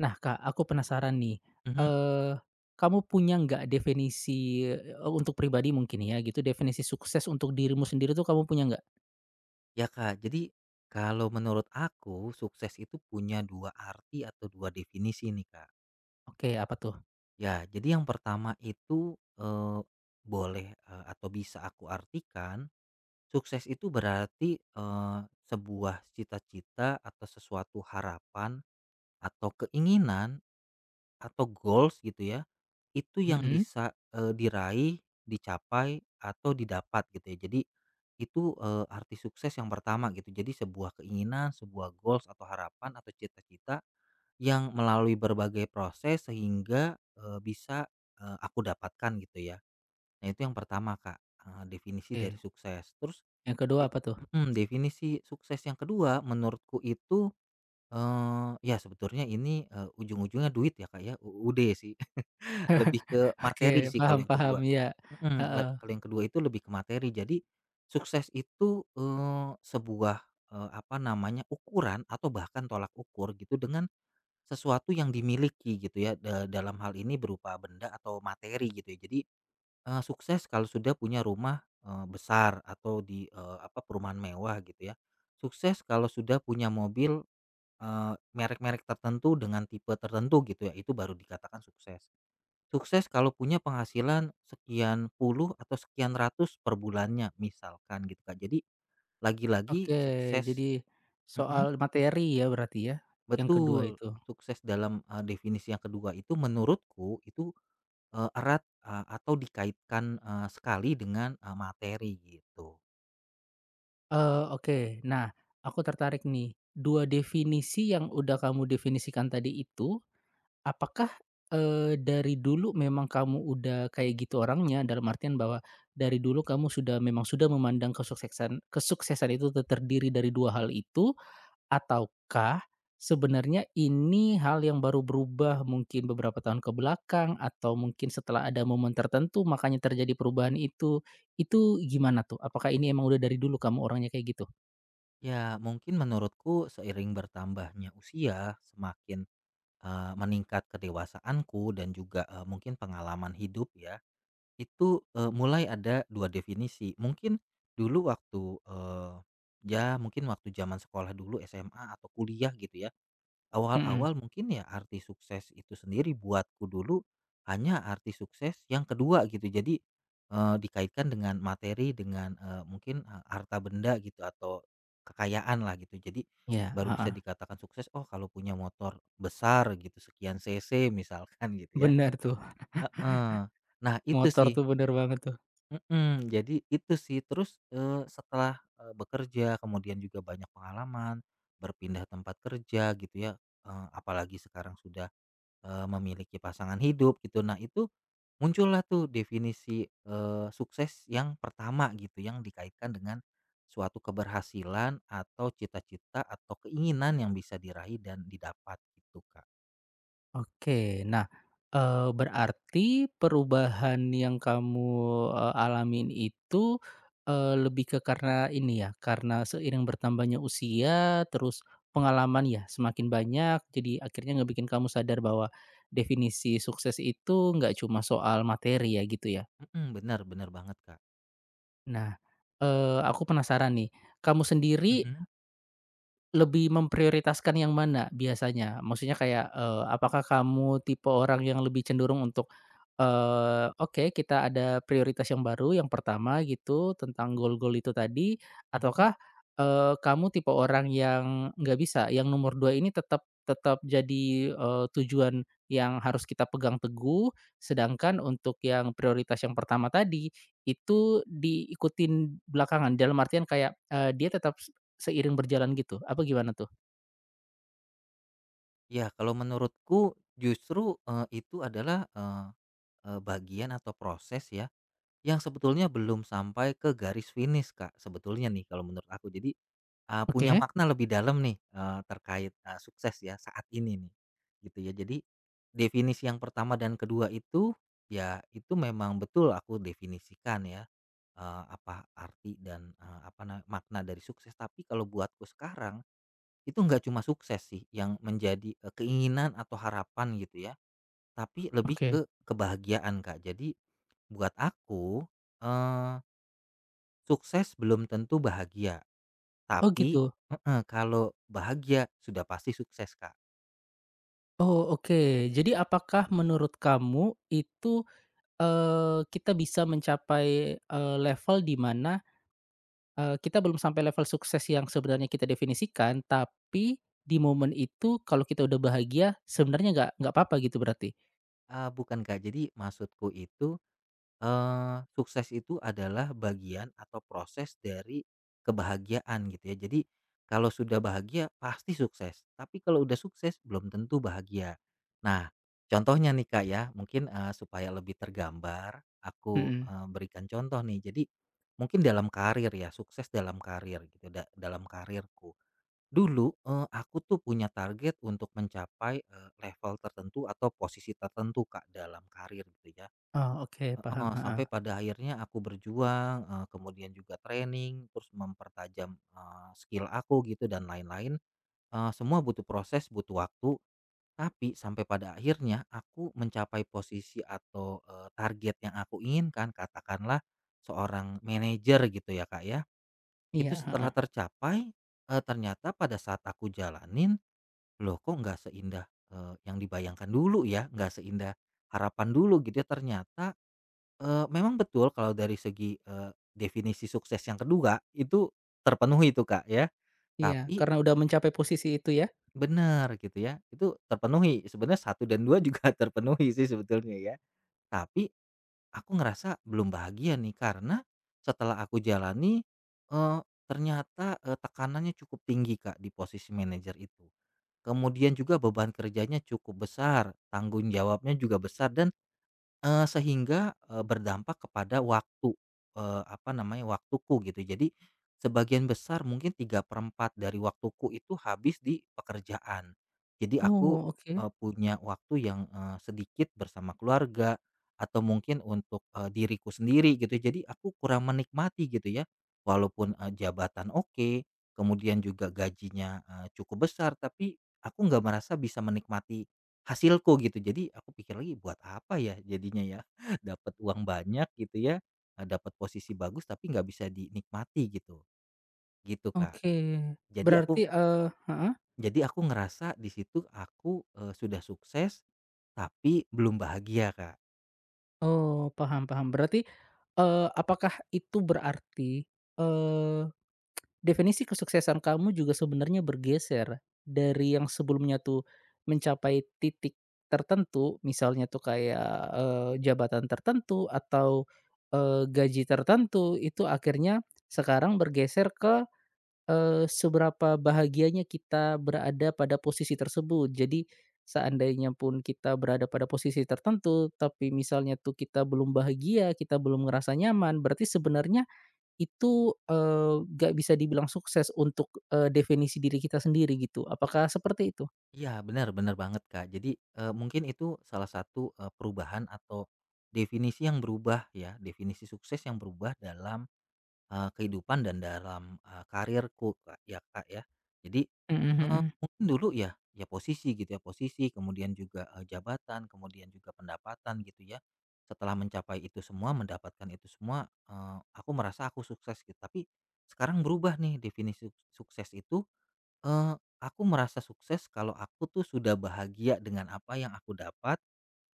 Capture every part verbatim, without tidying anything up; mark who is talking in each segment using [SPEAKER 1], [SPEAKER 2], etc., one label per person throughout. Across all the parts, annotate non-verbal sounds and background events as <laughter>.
[SPEAKER 1] Nah, Kak, aku penasaran nih,
[SPEAKER 2] Mhm.
[SPEAKER 1] eee, kamu punya nggak definisi, eee, untuk pribadi mungkin ya gitu, definisi sukses untuk dirimu sendiri tuh kamu punya nggak?
[SPEAKER 2] Ya, Kak. Jadi kalau menurut aku sukses itu punya dua arti atau dua definisi nih, Kak.
[SPEAKER 1] Oke, apa tuh?
[SPEAKER 2] Ya, jadi yang pertama itu, eee, boleh, eee, atau bisa aku artikan sukses itu berarti, eee, sebuah cita-cita atau sesuatu harapan atau keinginan atau goals gitu ya. Itu yang
[SPEAKER 1] Mhm,
[SPEAKER 2] bisa, eee, diraih, dicapai, atau didapat gitu ya. Jadi itu, eee, arti sukses yang pertama gitu. Jadi sebuah keinginan, sebuah goals atau harapan atau cita-cita yang melalui berbagai proses sehingga, eee, bisa, eee, aku dapatkan gitu ya. Nah itu yang pertama, Kak, eee, definisi dari
[SPEAKER 1] oke.
[SPEAKER 2] sukses. Terus
[SPEAKER 1] Yang kedua
[SPEAKER 2] di
[SPEAKER 1] apa tuh?
[SPEAKER 2] <clears throat> definisi sukses yang kedua menurutku itu, eee, ya sebetulnya ini, eee, ujung-ujungnya duit ya Kak ya, U U D sih. Lebih ke
[SPEAKER 1] <laughs>
[SPEAKER 2] materi
[SPEAKER 1] Oke,
[SPEAKER 2] sih kalau
[SPEAKER 1] paham
[SPEAKER 2] yang
[SPEAKER 1] paham,
[SPEAKER 2] kedua.
[SPEAKER 1] ya.
[SPEAKER 2] Mhm, le
[SPEAKER 1] Heeh.
[SPEAKER 2] kalau yang kedua itu lebih ke materi. Jadi sukses itu, eee, sebuah, eee, apa namanya, ukuran atau bahkan tolak ukur gitu dengan sesuatu yang dimiliki gitu ya, da dalam hal ini berupa benda atau materi gitu ya. Jadi, eee, sukses kalau sudah punya rumah, eee, besar atau di, eee, apa, perumahan mewah gitu ya. Sukses kalau sudah punya mobil, eee, merek-merek tertentu dengan tipe tertentu gitu ya, itu baru dikatakan sukses. Sukses kalau punya penghasilan sekian puluh atau sekian ratus per bulannya misalkan gitu, Kak. Jadi lagi-lagi
[SPEAKER 1] Oke,
[SPEAKER 2] sukses
[SPEAKER 1] jadi
[SPEAKER 2] mhm,
[SPEAKER 1] soal materi ya berarti ya, yang kedua
[SPEAKER 2] betul.
[SPEAKER 1] itu?
[SPEAKER 2] Sukses dalam, eee, definisi yang kedua itu menurutku itu, eee, erat, eee, atau dikaitkan, eee, sekali dengan, eee, materi gitu.
[SPEAKER 1] Eee, oke. Nah, aku tertarik nih. Dua definisi yang udah kamu definisikan tadi itu, apakah, eee, dari dulu memang kamu udah kayak gitu orangnya? Dalam artian bahwa dari dulu kamu sudah memang sudah memandang kesuksesan kesuksesan itu te terdiri dari dua hal itu, ataukah sebenarnya ini hal yang baru berubah mungkin beberapa tahun ke belakang atau mungkin setelah ada momen tertentu makanya terjadi perubahan itu, itu gimana tuh? Apakah ini emang udah dari dulu kamu orangnya kayak gitu?
[SPEAKER 2] Ya mungkin menurutku seiring bertambahnya usia semakin, eee, meningkat kedewasaanku dan juga, eee, mungkin pengalaman hidup ya. Itu, eee, mulai ada dua definisi. Mungkin dulu waktu, eee, ya mungkin waktu zaman sekolah dulu S M A atau kuliah gitu ya,
[SPEAKER 1] Mm-mm.
[SPEAKER 2] awal-awal mungkin ya arti sukses itu sendiri buatku dulu hanya arti sukses yang kedua gitu. Jadi, eee, dikaitkan dengan materi, dengan, eee, mungkin, eee, harta benda gitu atau kekayaan lah gitu. Jadi
[SPEAKER 1] Ya, iya,
[SPEAKER 2] baru bisa
[SPEAKER 1] heeh.
[SPEAKER 2] dikatakan sukses, oh kalau punya motor besar gitu sekian cc misalkan <laughs> gitu ya,
[SPEAKER 1] Bener tuh,
[SPEAKER 2] heeh. Nah itu
[SPEAKER 1] motor
[SPEAKER 2] sih.
[SPEAKER 1] tuh bener banget tuh.
[SPEAKER 2] Mhm, jadi itu sih terus, eee, setelah, eee, bekerja kemudian juga banyak pengalaman, berpindah tempat kerja gitu ya, eee, apalagi sekarang sudah, eee, memiliki pasangan hidup gitu. Nah itu, muncullah tuh definisi, eee, sukses yang pertama gitu yang dikaitkan dengan suatu keberhasilan atau cita-cita atau keinginan yang bisa diraih dan didapat gitu, Kak.
[SPEAKER 1] Oke. Nah, eee, berarti perubahan yang kamu, eee, alamin itu, eee, lebih ke karena ini ya, karena seiring bertambahnya usia, terus pengalaman ya semakin banyak, jadi akhirnya ngebikin kamu sadar bahwa definisi sukses itu nggak cuma soal materi ya, gitu ya?
[SPEAKER 2] Mhm, benar bener banget, Kak.
[SPEAKER 1] Nah, eee, aku penasaran nih, kamu sendiri
[SPEAKER 2] Mhm,
[SPEAKER 1] lebih memprioritaskan yang mana biasanya? Maksudnya kayak, eee, apakah kamu tipe orang yang lebih cenderung untuk, eee, "Oke, kita ada prioritas yang baru, yang pertama," gitu, tentang goal-goal itu tadi,
[SPEAKER 2] mhm.
[SPEAKER 1] ataukah, eee, kamu tipe orang yang nggak bisa, yang nomor dua ini tetap tetap jadi, eee, tujuan yang harus kita pegang teguh, sedangkan untuk yang prioritas yang pertama tadi, itu diikutin belakangan? Dalam artian kayak, eee, dia tetap seiring berjalan gitu, apa gimana tuh?
[SPEAKER 2] Ya, kalau menurutku justru, eee, itu adalah, eee eee, bagian atau proses ya, yang sebetulnya belum sampai ke garis finish, Kak, sebetulnya nih kalau menurut aku. Jadi, eee, punya
[SPEAKER 1] Oke,
[SPEAKER 2] makna lebih dalam nih, eee, terkait, eee, sukses ya saat ini nih, gitu ya. Jadi, definisi yang pertama dan kedua itu, ya itu memang betul aku definisikan ya, eee, apa arti dan, eee, apa na makna dari sukses. Tapi kalau buatku sekarang itu nggak cuma sukses sih yang menjadi, eee, keinginan atau harapan gitu ya, tapi lebih ke
[SPEAKER 1] oke.
[SPEAKER 2] kebahagiaan, Kak. Jadi buat aku, eee, sukses belum tentu bahagia,
[SPEAKER 1] Oh
[SPEAKER 2] tapi
[SPEAKER 1] gitu?
[SPEAKER 2] heeh, kalau bahagia sudah pasti sukses, Kak.
[SPEAKER 1] Oh oke. Jadi apakah menurut kamu itu, eee, kita bisa mencapai, eee, level di mana, eee, kita belum sampai level sukses yang sebenarnya kita definisikan, tapi di momen itu kalau kita udah bahagia sebenarnya nggak nggak apa-apa gitu berarti?
[SPEAKER 2] Eee, bukan, Kak. Jadi maksudku itu, Eee, sukses itu adalah bagian atau proses dari kebahagiaan gitu ya. Jadi kalau sudah bahagia pasti sukses, tapi kalau udah sukses belum tentu bahagia. Nah, contohnya nih Kak ya, mungkin, eee, supaya lebih tergambar aku,
[SPEAKER 1] Mhm.
[SPEAKER 2] eee, berikan contoh nih. Jadi mungkin dalam karir ya, sukses dalam karir gitu, da dalam karirku. Dulu, eee, aku tuh punya target untuk mencapai, eee, level tertentu atau posisi tertentu Kak dalam karir gitu ya.
[SPEAKER 1] Oh oke paham,
[SPEAKER 2] Heeh,
[SPEAKER 1] heeh.
[SPEAKER 2] sampai pada akhirnya aku berjuang, eee, kemudian juga training, terus mempertajam, eee, skill aku gitu dan lain-lain, eee, semua butuh proses, butuh waktu, tapi sampai pada akhirnya aku mencapai posisi atau, eee, target yang aku inginkan, katakanlah seorang manajer gitu ya, Kak, ya. Itu
[SPEAKER 1] Iya,
[SPEAKER 2] setelah
[SPEAKER 1] heeh.
[SPEAKER 2] tercapai, eee, ternyata pada saat aku jalanin, loh kok nggak seindah, eee, yang dibayangkan dulu ya, nggak seindah harapan dulu gitu ya, ternyata Eee, memang betul kalau dari segi, eee, definisi sukses yang kedua itu terpenuhi itu, Kak, ya.
[SPEAKER 1] Iya,
[SPEAKER 2] Tapi
[SPEAKER 1] karena udah mencapai posisi itu ya?
[SPEAKER 2] benar gitu ya, itu terpenuhi. Sebenarnya satu dan dua juga <laughs> terpenuhi sih sebetulnya ya. Tapi aku ngerasa belum bahagia nih karena setelah aku jalani, eee, ternyata, eee, tekanannya cukup tinggi, Kak, di posisi manajer itu. Kemudian juga beban kerjanya cukup besar, tanggung jawabnya juga besar dan Eee, sehingga, eee, berdampak kepada waktu, eee, apa namanya, waktuku gitu. Jadi sebagian besar mungkin tiga per empat dari waktuku itu habis di pekerjaan. Jadi aku,
[SPEAKER 1] Oh oke
[SPEAKER 2] eee, punya waktu yang, eee, sedikit bersama keluarga atau mungkin untuk, eee, diriku sendiri gitu. Jadi aku kurang menikmati gitu ya. Walaupun, eee, jabatan oke, kemudian juga gajinya, eee, cukup besar, tapi aku nggak merasa bisa menikmati hasilku gitu. Jadi aku pikir lagi buat apa ya jadinya ya, <laughs> dapat uang banyak gitu ya, eee, dapat posisi bagus tapi nggak bisa dinikmati gitu, gitu Kak.
[SPEAKER 1] oke.
[SPEAKER 2] Jadi aku
[SPEAKER 1] Berarti, eee heeh?
[SPEAKER 2] jadi aku ngerasa di situ aku, eee, sudah sukses tapi belum bahagia, Kak.
[SPEAKER 1] Oh, paham paham. Berarti, eee, apakah itu berarti, eee, definisi kesuksesan kamu juga sebenarnya bergeser dari yang sebelumnya tuh mencapai titik tertentu, misalnya tuh kayak, eee, jabatan tertentu atau, eee, gaji tertentu, itu akhirnya sekarang bergeser ke Eee, seberapa bahagianya kita berada pada posisi tersebut. Jadi, seandainya pun kita berada pada posisi tertentu, tapi misalnya tuh kita belum bahagia, kita belum ngerasa nyaman, berarti sebenarnya itu, eee, nggak bisa dibilang sukses untuk, eee, definisi diri kita sendiri gitu. Apakah seperti itu?
[SPEAKER 2] Iya benar-benar banget, Kak. Jadi, eee, mungkin itu salah satu, eee, perubahan atau definisi yang berubah ya, definisi sukses yang berubah dalam Eee, kehidupan dan dalam, eee, karirku Kak, ya Kak, ya. Jadi,
[SPEAKER 1] Mhm
[SPEAKER 2] eee,
[SPEAKER 1] mhm.
[SPEAKER 2] mungkin dulu ya, ya posisi gitu ya, posisi kemudian juga, eee, jabatan, kemudian juga pendapatan gitu ya. Setelah mencapai itu semua, mendapatkan itu semua, eee, aku merasa aku sukses gitu. Tapi sekarang berubah nih definisi suk- sukses itu. Eee, aku merasa sukses kalau aku tuh sudah bahagia dengan apa yang aku dapat,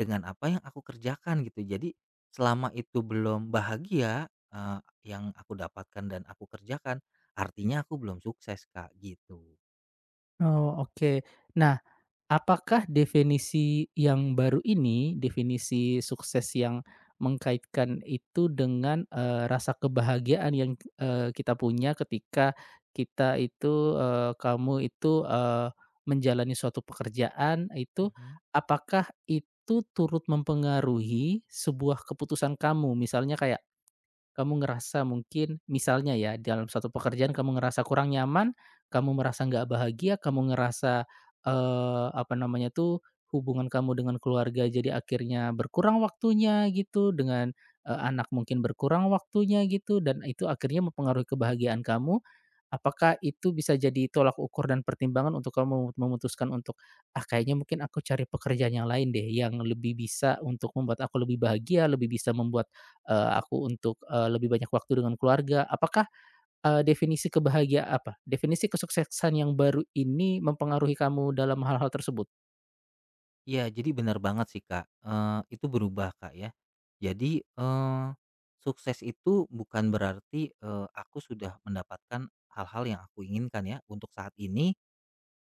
[SPEAKER 2] dengan apa yang aku kerjakan gitu. Jadi selama itu belum bahagia, eee, yang aku dapatkan dan aku kerjakan, artinya aku belum sukses, Kak, gitu.
[SPEAKER 1] Oh, oke. Nah, apakah definisi yang baru ini, definisi sukses yang mengkaitkan itu dengan, eee, rasa kebahagiaan yang, eee, kita punya ketika kita itu, eee, kamu itu, eee, menjalani suatu pekerjaan itu,
[SPEAKER 2] Mhm.
[SPEAKER 1] apakah itu turut mempengaruhi sebuah keputusan kamu? Misalnya kayak, kamu ngerasa mungkin misalnya ya dalam suatu pekerjaan kamu ngerasa kurang nyaman, kamu merasa nggak bahagia, kamu ngerasa, eee, apa namanya tuh, hubungan kamu dengan keluarga jadi akhirnya berkurang waktunya gitu, dengan, eee, anak mungkin berkurang waktunya gitu dan itu akhirnya mempengaruhi kebahagiaan kamu. Apakah itu bisa jadi tolak ukur dan pertimbangan untuk kamu memutuskan untuk, "Ah, kayaknya mungkin aku cari pekerjaan yang lain deh, yang lebih bisa untuk membuat aku lebih bahagia, lebih bisa membuat, eee, aku untuk, eee, lebih banyak waktu dengan keluarga." Apakah, eee, definisi kebahagiaan apa, definisi kesuksesan yang baru ini mempengaruhi kamu dalam hal-hal tersebut?
[SPEAKER 2] Iya, jadi benar banget sih, Kak, eee, itu berubah, Kak, ya. Jadi, eee, sukses itu bukan berarti, eee, aku sudah mendapatkan hal-hal yang aku inginkan ya untuk saat ini.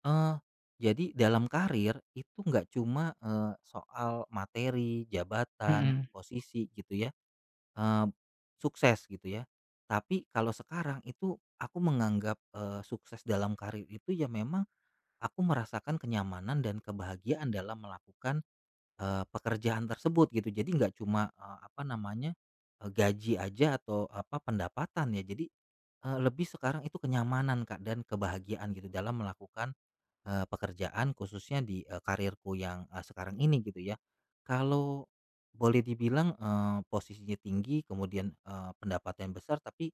[SPEAKER 2] Eee, jadi dalam karir itu nggak cuma, eee, soal materi, jabatan,
[SPEAKER 1] Mhm.
[SPEAKER 2] posisi gitu ya, eee, sukses gitu ya. Tapi kalau sekarang itu aku menganggap, eee, sukses dalam karir itu ya memang aku merasakan kenyamanan dan kebahagiaan dalam melakukan, eee, pekerjaan tersebut gitu. Jadi nggak cuma, eee, apa namanya, eee, gaji aja atau apa pendapatan ya. Jadi, eee, lebih sekarang itu kenyamanan Kak dan kebahagiaan gitu dalam melakukan Eee, pekerjaan khususnya di, eee, karierku yang, eee, sekarang ini gitu ya. Kalau boleh dibilang, eee, posisinya tinggi kemudian, eee, pendapatan besar tapi,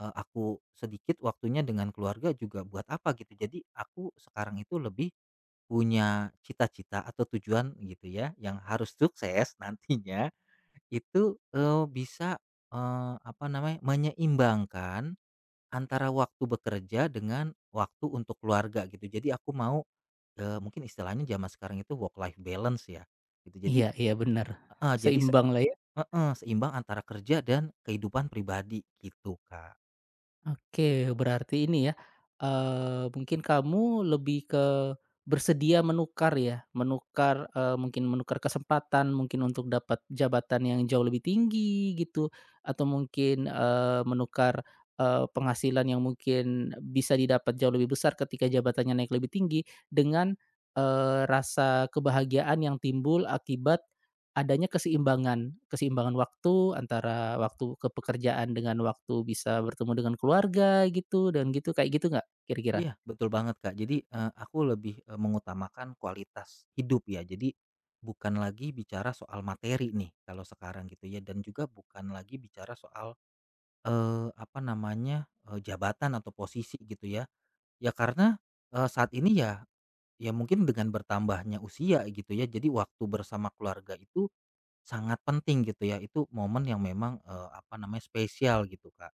[SPEAKER 2] eee, aku sedikit waktunya dengan keluarga juga buat apa gitu. Jadi aku sekarang itu lebih punya cita-cita atau tujuan gitu ya yang harus sukses <laughs> nantinya itu, eee, bisa, eee, apa namanya, menyeimbangkan antara waktu bekerja dengan waktu untuk keluarga gitu. Jadi aku mau Eee, mungkin istilahnya zaman sekarang itu work life balance ya, gitu. Jadi
[SPEAKER 1] Iya iya, benar.
[SPEAKER 2] heeh, jadi se
[SPEAKER 1] Seimbang lah ya.
[SPEAKER 2] heeh, seimbang antara kerja dan kehidupan pribadi gitu, Kak.
[SPEAKER 1] Oke, berarti ini ya, eee, mungkin kamu lebih ke bersedia menukar ya, menukar, eee, mungkin menukar kesempatan, mungkin untuk dapat jabatan yang jauh lebih tinggi gitu, atau mungkin, eee, menukar, eee, penghasilan yang mungkin bisa didapat jauh lebih besar ketika jabatannya naik lebih tinggi dengan, eee, rasa kebahagiaan yang timbul akibat adanya keseimbangan keseimbangan waktu antara waktu ke pekerjaan dengan waktu bisa bertemu dengan keluarga gitu dan gitu, kayak gitu nggak kira-kira?
[SPEAKER 2] Iya, betul banget, Kak. Jadi, eee, aku lebih, eee, mengutamakan kualitas hidup ya. Jadi bukan lagi bicara soal materi nih kalau sekarang gitu ya dan juga bukan lagi bicara soal, eee, apa namanya, eee, jabatan atau posisi gitu ya. Ya karena, eee, saat ini ya ya mungkin dengan bertambahnya usia gitu ya, jadi waktu bersama keluarga itu sangat penting gitu ya, itu momen yang memang, eee, apa namanya, spesial gitu, Kak.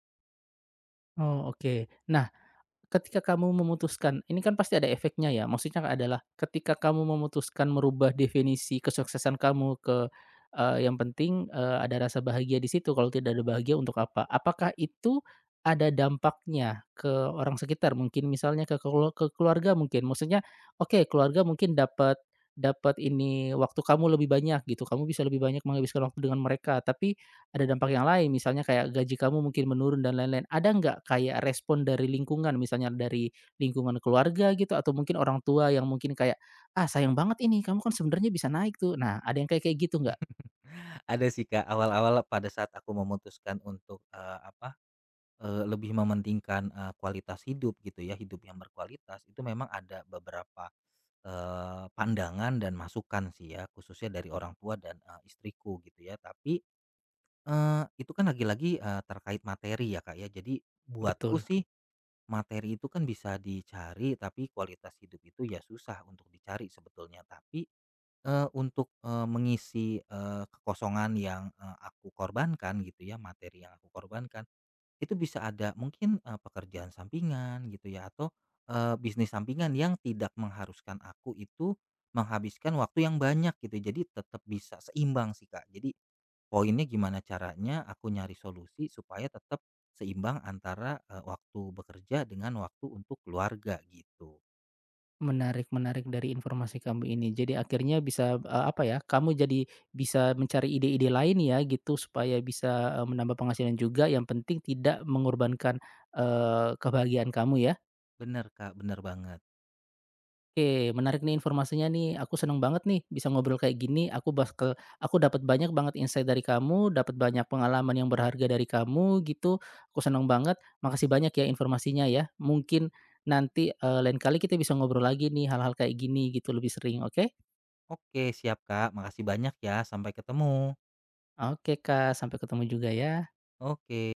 [SPEAKER 1] Oh, oke. Nah, ketika kamu memutuskan ini kan pasti ada efeknya ya, maksudnya adalah ketika kamu memutuskan merubah definisi kesuksesan kamu ke, eee, yang penting, eee, ada rasa bahagia di situ, kalau tidak ada bahagia untuk apa? Apakah itu ada dampaknya ke orang sekitar? Mungkin misalnya ke kelu ke keluarga mungkin, maksudnya, oke keluarga mungkin dapat dapat ini, waktu kamu lebih banyak gitu, kamu bisa lebih banyak menghabiskan waktu dengan mereka, tapi ada dampak yang lain, misalnya kayak gaji kamu mungkin menurun dan lain-lain. Ada nggak kayak respon dari lingkungan, misalnya dari lingkungan keluarga gitu atau mungkin orang tua yang mungkin kayak, "Ah, sayang banget ini, kamu kan sebenarnya bisa naik tuh." Nah, ada yang kayak kayak gitu nggak?
[SPEAKER 2] Ada sih, Kak, awal-awal pada saat aku memutuskan untuk, eee, apa, eee, lebih mementingkan, eee, kualitas hidup gitu ya, hidup yang berkualitas, itu memang ada beberapa, eee, pandangan dan masukan sih ya, khususnya dari orang tua dan, eee, istriku gitu ya. Tapi, eee, itu kan lagi-lagi, eee, terkait materi ya, Kak, ya. Jadi buatku
[SPEAKER 1] Betul.
[SPEAKER 2] sih materi itu kan bisa dicari, tapi kualitas hidup itu ya susah untuk dicari sebetulnya. Tapi Eee, untuk, eee, mengisi, eee, kekosongan yang, eee, aku korbankan gitu ya, materi yang aku korbankan, itu bisa ada mungkin, eee, pekerjaan sampingan gitu ya atau, eee, bisnis sampingan yang tidak mengharuskan aku itu menghabiskan waktu yang banyak gitu. Jadi tetap bisa seimbang sih, Kak. Jadi poinnya gimana caranya aku nyari solusi supaya tetap seimbang antara, eee, waktu bekerja dengan waktu untuk keluarga gitu.
[SPEAKER 1] Menarik menarik dari informasi kamu ini. Jadi akhirnya bisa, eee, apa ya, kamu jadi bisa mencari ide-ide lain ya gitu supaya bisa, eee, menambah penghasilan juga yang penting tidak mengorbankan, eee, kebahagiaan kamu ya.
[SPEAKER 2] Bener, Kak, bener banget.
[SPEAKER 1] Oke, menarik nih informasinya nih. Aku seneng banget nih bisa ngobrol kayak gini. Aku bakal aku dapat banyak banget insight dari kamu, dapat banyak pengalaman yang berharga dari kamu gitu. Aku seneng banget. Makasih banyak ya informasinya ya. Mungkin nanti eh, lain kali kita bisa ngobrol lagi nih hal-hal kayak gini gitu lebih sering, oke?
[SPEAKER 2] Oke siap Kak, makasih banyak ya, sampai ketemu.
[SPEAKER 1] Oke, Kak, sampai ketemu juga ya.
[SPEAKER 2] Oke.